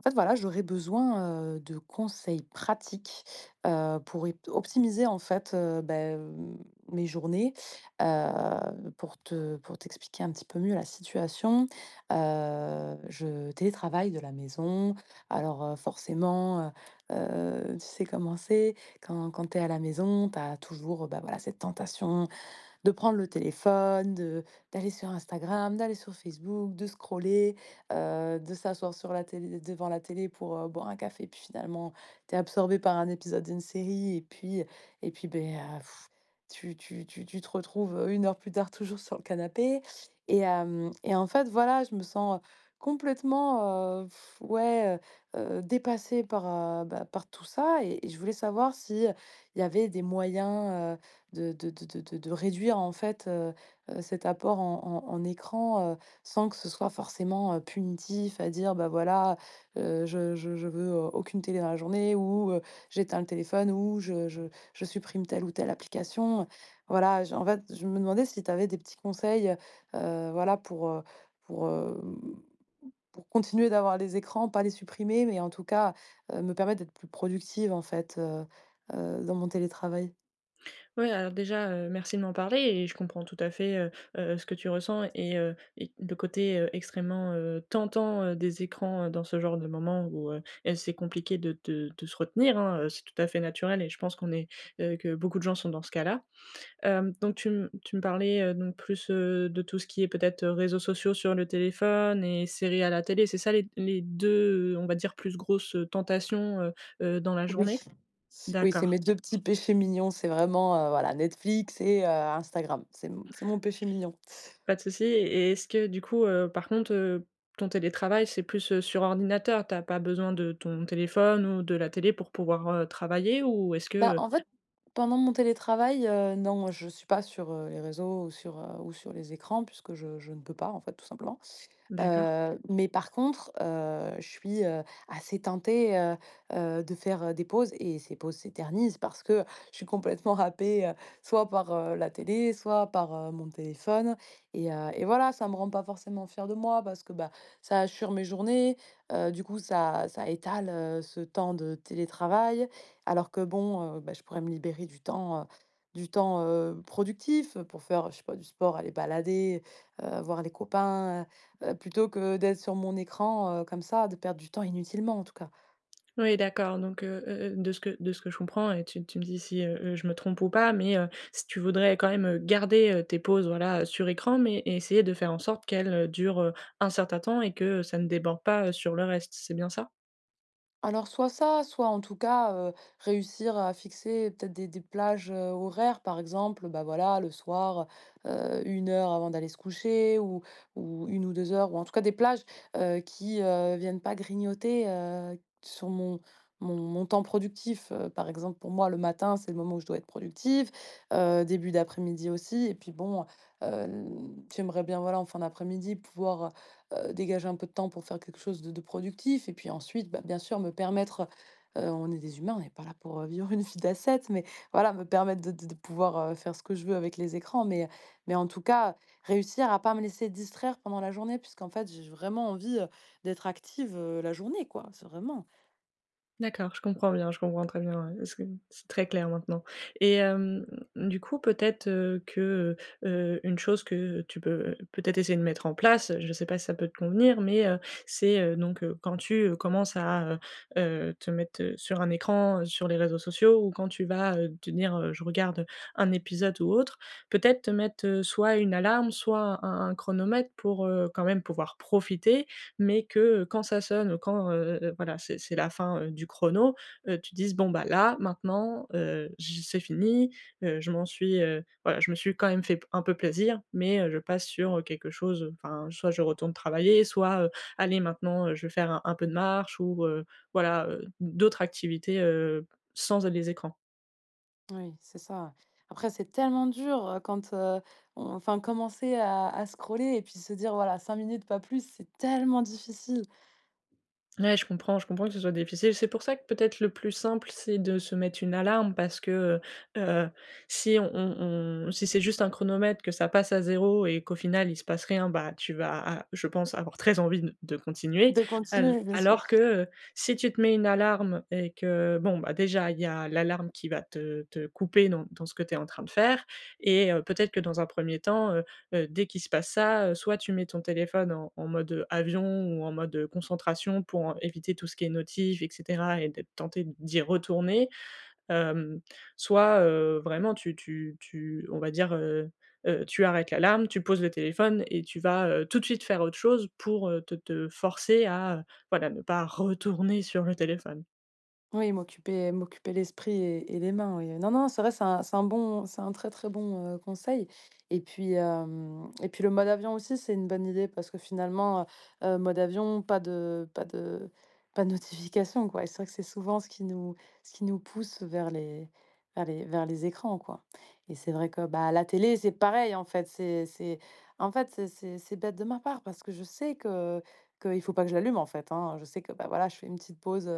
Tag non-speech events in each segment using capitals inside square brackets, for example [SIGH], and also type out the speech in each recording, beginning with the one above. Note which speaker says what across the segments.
Speaker 1: En fait, voilà, j'aurais besoin, de conseils pratiques, pour ép optimiser en fait, mes journées, pour te pour t'expliquer un petit peu mieux la situation. Je télétravaille de la maison, alors, forcément, tu sais comment c'est, quand tu es à la maison, tu as toujours, ben voilà, cette tentation de prendre le téléphone, de d'aller sur Instagram, d'aller sur Facebook, de scroller, de s'asseoir sur la télé devant la télé pour, boire un café, puis finalement, tu es absorbé par un épisode d'une série et puis, tu te retrouves, 1 heure plus tard toujours sur le canapé et en fait, voilà, je me sens, complètement, ouais, dépassée par, bah, par tout ça et je voulais savoir si, il y avait des moyens, de réduire en fait, cet apport en écran, sans que ce soit forcément, punitif à dire: «Bah, voilà, je veux, aucune télé dans la journée» ou, «J'éteins le téléphone» ou «Je je supprime telle ou telle application». Voilà, j en fait, je me demandais si tu avais des petits conseils, voilà pour, pour continuer d'avoir les écrans, pas les supprimer, mais en tout cas, me permettre d'être plus productive en fait, dans mon télétravail?
Speaker 2: Ouais, alors déjà, merci de m'en parler et je comprends tout à fait, ce que tu ressens et le côté, extrêmement, tentant, des écrans, dans ce genre de moment où, c'est compliqué de se retenir, hein, c'est tout à fait naturel et je pense qu'on est, que beaucoup de gens sont dans ce cas-là. Donc tu me parlais, donc plus, de tout ce qui est peut-être, réseaux sociaux sur le téléphone et séries à la télé, c'est ça les 2, on va dire plus grosses, tentations, dans la
Speaker 1: Oui.
Speaker 2: journée?
Speaker 1: Oui, c'est
Speaker 2: D'accord.
Speaker 1: mes 2 petits péchés mignons, c'est vraiment, voilà, Netflix et Instagram. C'est mon péché mignon.
Speaker 2: Pas de souci et est-ce que du coup, par contre, ton télétravail, c'est plus, sur ordinateur? T'as pas besoin de ton téléphone ou de la télé pour pouvoir, travailler ou est-ce
Speaker 1: Bah,
Speaker 2: que.
Speaker 1: en fait, pendant mon télétravail, non, je suis pas sur, les réseaux ou sur les écrans puisque je ne peux pas, en fait, tout simplement.
Speaker 2: D'accord.
Speaker 1: Mais par contre, je suis, assez tentée, de faire, des pauses et ces pauses s'éternisent parce que je suis complètement happée, soit par, la télé, soit par, mon téléphone et voilà, ça me rend pas forcément fière de moi parce que, bah, ça assure mes journées, du coup ça étale, ce temps de télétravail alors que bon, bah, je pourrais me libérer du temps, productif pour faire, je sais pas, du sport, aller balader, voir les copains. Plutôt que d'être sur mon écran, comme ça, de perdre du temps inutilement, en tout cas.
Speaker 2: Oui, d'accord, donc de ce que je comprends et tu me dis si, je me trompe ou pas, mais si tu voudrais quand même, garder, tes pauses, voilà, sur écran, mais et essayer de faire en sorte qu'elles, durent, un certain temps et que, ça ne déborde pas, sur le reste, c'est bien ça?
Speaker 1: Alors soit ça, soit en tout cas, réussir à fixer peut-être des plages, horaires, par exemple, bah, voilà, le soir, 1 heure avant d'aller se coucher ou 1 ou 2 heures ou en tout cas des plages, qui, viennent pas grignoter, sur mon temps productif. Par exemple, pour moi, le matin, c'est le moment où je dois être productive, début d'après-midi aussi et puis bon, j'aimerais bien, voilà, en fin d'après-midi pouvoir, dégager un peu de temps pour faire quelque chose de productif et puis ensuite, bah, bien sûr, me permettre, on est des humains, on n'est pas là pour, vivre une vie d'ascète, mais voilà, me permettre de pouvoir, faire ce que je veux avec les écrans, mais en tout cas, réussir à pas me laisser distraire pendant la journée puisqu'en fait, j'ai vraiment envie, d'être active, la journée, quoi. C'est vraiment
Speaker 2: D'accord, je comprends bien, je comprends très bien, ouais, parce que c'est très clair maintenant et hem, du coup, peut-être, que, heu une chose que tu peux peut-être essayer de mettre en place, je ne sais pas si ça peut te convenir, mais c'est, donc quand tu, commences à, heu te mettre, sur un écran, sur les réseaux sociaux ou quand tu vas, te dire: «Je regarde un épisode» ou autre, peut-être te mettre, soit une alarme, soit un chronomètre pour, quand même pouvoir profiter, mais que quand ça sonne, quand, voilà, c'est la fin, du chrono, tu dises: «Bon, bah, là, maintenant, j c'est fini, je m'en suis, voilà, je me suis quand même fait un peu plaisir, mais je passe sur, quelque chose, enfin, soit je retourne travailler, soit, allez, maintenant, je vais faire un peu de marche» ou voilà, d'autres activités, sans les écrans.
Speaker 1: oui, c'est ça. Après, c'est tellement dur, quand, on enfin, commencer à scroller et puis se dire: «Voilà, 5 minutes, pas plus», c'est tellement difficile
Speaker 2: Ouais, je comprends que ce soit difficile. C'est pour ça que peut-être le plus simple, c'est de se mettre une alarme parce que, heu si on on si c'est juste un chronomètre, que ça passe à zéro et qu'au final il se passe rien, bah, tu vas, ah, je pense avoir très envie de continuer.
Speaker 1: de
Speaker 2: Al
Speaker 1: continuer, bien
Speaker 2: alors
Speaker 1: sûr.
Speaker 2: que, heu, si tu te mets une alarme et que, bon, bah, déjà il y a l'alarme qui va te couper dans ce que tu es en train de faire, et peut-être que dans un premier temps, dès qu'il se passe ça, soit tu mets ton téléphone en mode avion ou en mode concentration pour, éviter tout ce qui est notif et cetera et d'être tenté d'y retourner, hem, soit, vraiment tu tu tu on va dire, tu arrêtes l'alarme, tu poses le téléphone et tu vas, tout de suite faire autre chose pour, te forcer à, voilà, ne pas retourner sur le téléphone.
Speaker 1: Oui, m'occuper l'esprit et les mains, oui, non, non, c'est vrai, c'est un très, très bon, conseil et puis le mode avion aussi, c'est une bonne idée parce que finalement, mode avion, pas de notification, quoi et c'est vrai que c'est souvent ce qui nous pousse vers les vers les vers les écrans, quoi et c'est vrai que, bah, la télé, c'est pareil, en fait, c'est c'est bête de ma part parce que je sais que qu'il faut pas que je l'allume, en fait, hein. Je sais que, bah, voilà, je fais une petite pause,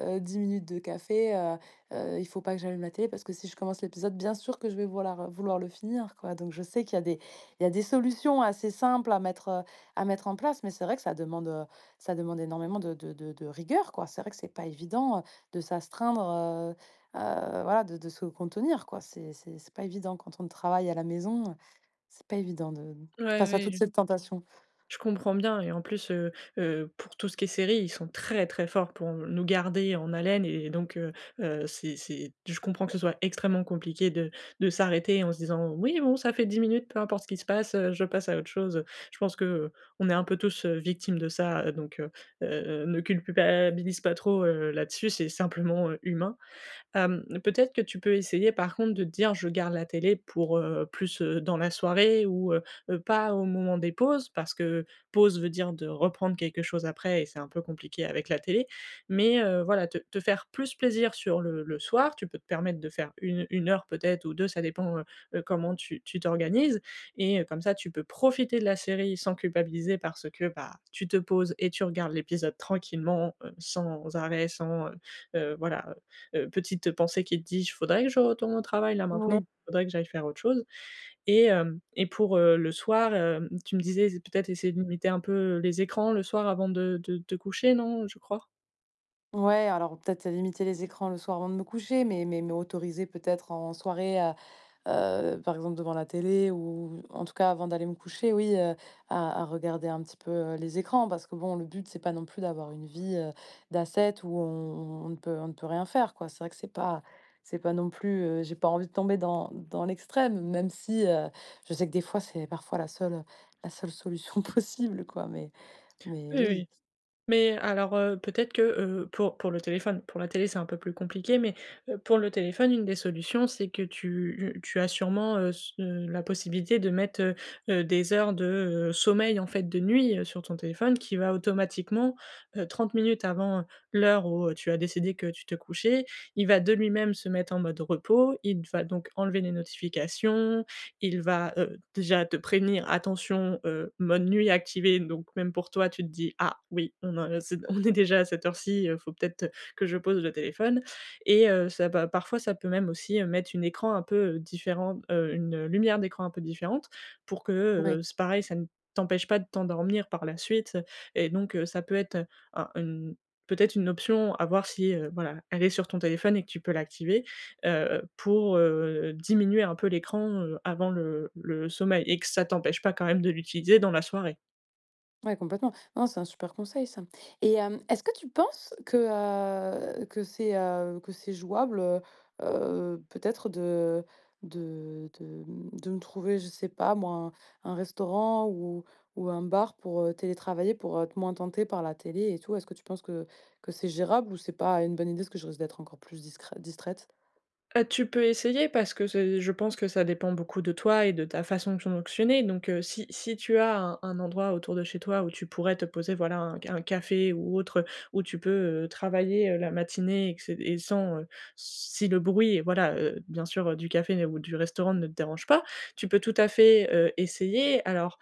Speaker 1: 10 minutes de café, il faut pas que j'allume la télé parce que si je commence l'épisode, bien sûr que je vais vouloir le finir, quoi. Donc je sais qu'il y a des il y a des solutions assez simples à mettre en place, mais c'est vrai que ça demande énormément de rigueur, quoi. C'est vrai que c'est pas évident, de s'astreindre, voilà, de se contenir, quoi. C'est pas évident quand on travaille à la maison, c'est pas évident de
Speaker 2: Ouais,
Speaker 1: face à toute
Speaker 2: oui,
Speaker 1: cette tentation.
Speaker 2: je comprends bien et en plus, pour tout ce qui est série, ils sont très, très forts pour nous garder en haleine, et donc c'est je comprends que ce soit extrêmement compliqué de s'arrêter en se disant: «Oui, bon, ça fait 10 minutes, peu importe ce qui se passe, je passe à autre chose». Je pense que, on est un peu tous, victimes de ça, donc ne culpabilise pas trop, là-dessus, c'est simplement, humain. Peut-être que tu peux essayer, par contre, de te dire: «Je garde la télé pour, plus, dans la soirée ou, pas au moment des pauses», parce que pause veut dire de reprendre quelque chose après et c'est un peu compliqué avec la télé. Mais, voilà, te faire plus plaisir sur le soir. Tu peux te permettre de faire une 1 heure peut-être, ou deux, ça dépend, comment tu t'organises, et comme ça, tu peux profiter de la série sans culpabiliser parce que, bah, tu te poses et tu regardes l'épisode tranquillement, sans arrêt, sans, voilà, petite pensée qui te dit: «Il faudrait que je retourne au travail là maintenant,
Speaker 1: Oui.
Speaker 2: il faudrait que j'aille faire autre chose». Et pour, le soir, tu me disais, c'est peut-être essayer de limiter un peu les écrans le soir avant de te coucher, non, je crois?
Speaker 1: Ouais, alors peut-être limiter les écrans le soir avant de me coucher, mais autoriser peut-être en soirée à, par exemple devant la télé ou en tout cas avant d'aller me coucher, oui, à regarder un petit peu, les écrans. Parce que bon, le but, c'est pas non plus d'avoir une vie, d'ascète où on ne peut rien faire, quoi. C'est vrai que c'est pas non plus, j'ai pas envie de tomber dans l'extrême, même si, je sais que des fois, c'est parfois la seule solution [LAUGHS] possible, quoi. Mais
Speaker 2: Oui, oui.
Speaker 1: oui,
Speaker 2: Mais alors, peut-être que, pour le téléphone, pour la télé, c'est un peu plus compliqué, mais, pour le téléphone, une des solutions, c'est que tu as sûrement, s la possibilité de mettre, des heures de, sommeil, en fait, de nuit, sur ton téléphone qui va automatiquement, 30 minutes avant, l'heure où, tu as décidé que tu te couchais, il va de lui-même se mettre en mode repos. Il va donc enlever les notifications, il va, déjà te prévenir: «Attention, mode nuit activé», donc même pour toi, tu te dis: «Ah oui, on a c'est on est déjà à cette heure-ci, il faut peut-être que je pose le téléphone». Et ça va parfois, ça peut même aussi, mettre une écran un peu, différent, une lumière d'écran un peu différente pour que,
Speaker 1: ouais.
Speaker 2: c'est pareil, ça ne t'empêche pas de t'endormir par la suite, et donc ça peut être un une, peut-être une option à voir si, voilà, elle est sur ton téléphone et que tu peux l'activer, pour, diminuer un peu l'écran, avant le sommeil, et que ça t'empêche pas quand même de l'utiliser dans la soirée.
Speaker 1: Ouais, complètement. Non, c'est un super conseil ça. Est-ce que tu penses que, que c'est jouable, peut-être de, de me trouver, je sais pas moi, un restaurant ou un bar pour, télétravailler, pour être moins tentée par la télé et tout? Est-ce que tu penses que c'est gérable ou c'est pas une bonne idée, parce que je risque d'être encore plus discrè distraite?
Speaker 2: Tu peux essayer parce que, c'est, je pense que ça dépend beaucoup de toi et de ta façon de fonctionner. Donc si tu as un endroit autour de chez toi où tu pourrais te poser, voilà, un café ou autre, où tu peux, travailler, la matinée, et que c'est, et sans, si le bruit, voilà, bien sûr, du café ou du restaurant ne te dérange pas, tu peux tout à fait, essayer alors.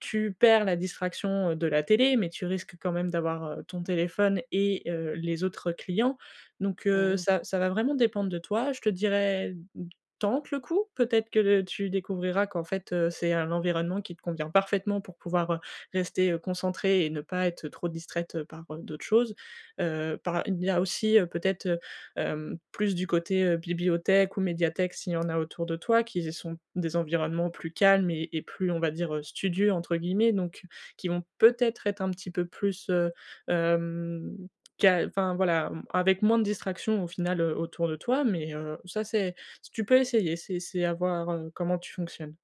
Speaker 2: Tu perds la distraction de la télé, mais tu risques quand même d'avoir, ton téléphone et les autres clients. Donc
Speaker 1: Et oui.
Speaker 2: ça va vraiment dépendre de toi. Je te dirais, mmh, tente le coup. Peut-être que tu découvriras qu'en fait, c'est un environnement qui te convient parfaitement pour pouvoir, rester, concentrée et ne pas être trop distraite, par, d'autres choses. Par, il y a aussi, peut-être, plus du côté, bibliothèque ou médiathèque s'il y en a autour de toi, qui sont des environnements plus calmes et plus, on va dire, «studieux» entre guillemets, donc qui vont peut-être être un petit peu plus, hem, ca enfin voilà, avec moins de distractions au final, autour de toi, mais ça c'est, tu peux essayer, c'est à voir, comment tu fonctionnes.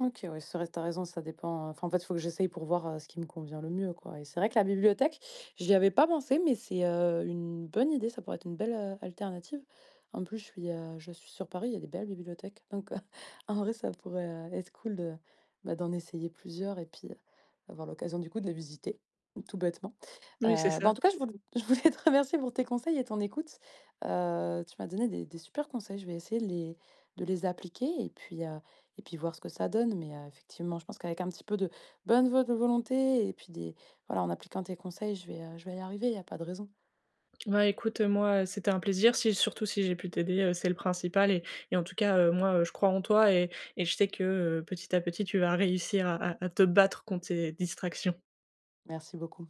Speaker 1: OK, ouais, c'est vrai, tu as raison, ça dépend, enfin, en fait, il faut que j'essaye pour voir, ce qui me convient le mieux, quoi et c'est vrai que la bibliothèque, j'y avais pas pensé, mais c'est, une bonne idée, ça pourrait être une belle, alternative. En plus, je suis sur Paris, il y a des belles bibliothèques, donc [LAUGHS] en vrai, ça pourrait, être cool de, bah, d'en essayer plusieurs et puis, avoir l'occasion, du coup, de les visiter, tout bêtement.
Speaker 2: Oui, c'est
Speaker 1: Heu, Bah,
Speaker 2: ça.
Speaker 1: en tout cas, je voul [LAUGHS] je voulais te remercier pour tes conseils et ton écoute. Tu m'as donné des super conseils, je vais essayer de les appliquer et puis voir ce que ça donne. Mais effectivement, je pense qu'avec un petit peu de bonne vo de volonté et puis des voilà, en appliquant tes conseils, je vais y arriver, il n'y a pas de raison.
Speaker 2: Bah, écoute, moi, c'était un plaisir. Si, surtout si j'ai pu t'aider, c'est le principal, et en tout cas, moi, je crois en toi, et je sais que, petit à petit, tu vas réussir à te battre contre tes distractions.
Speaker 1: Merci beaucoup.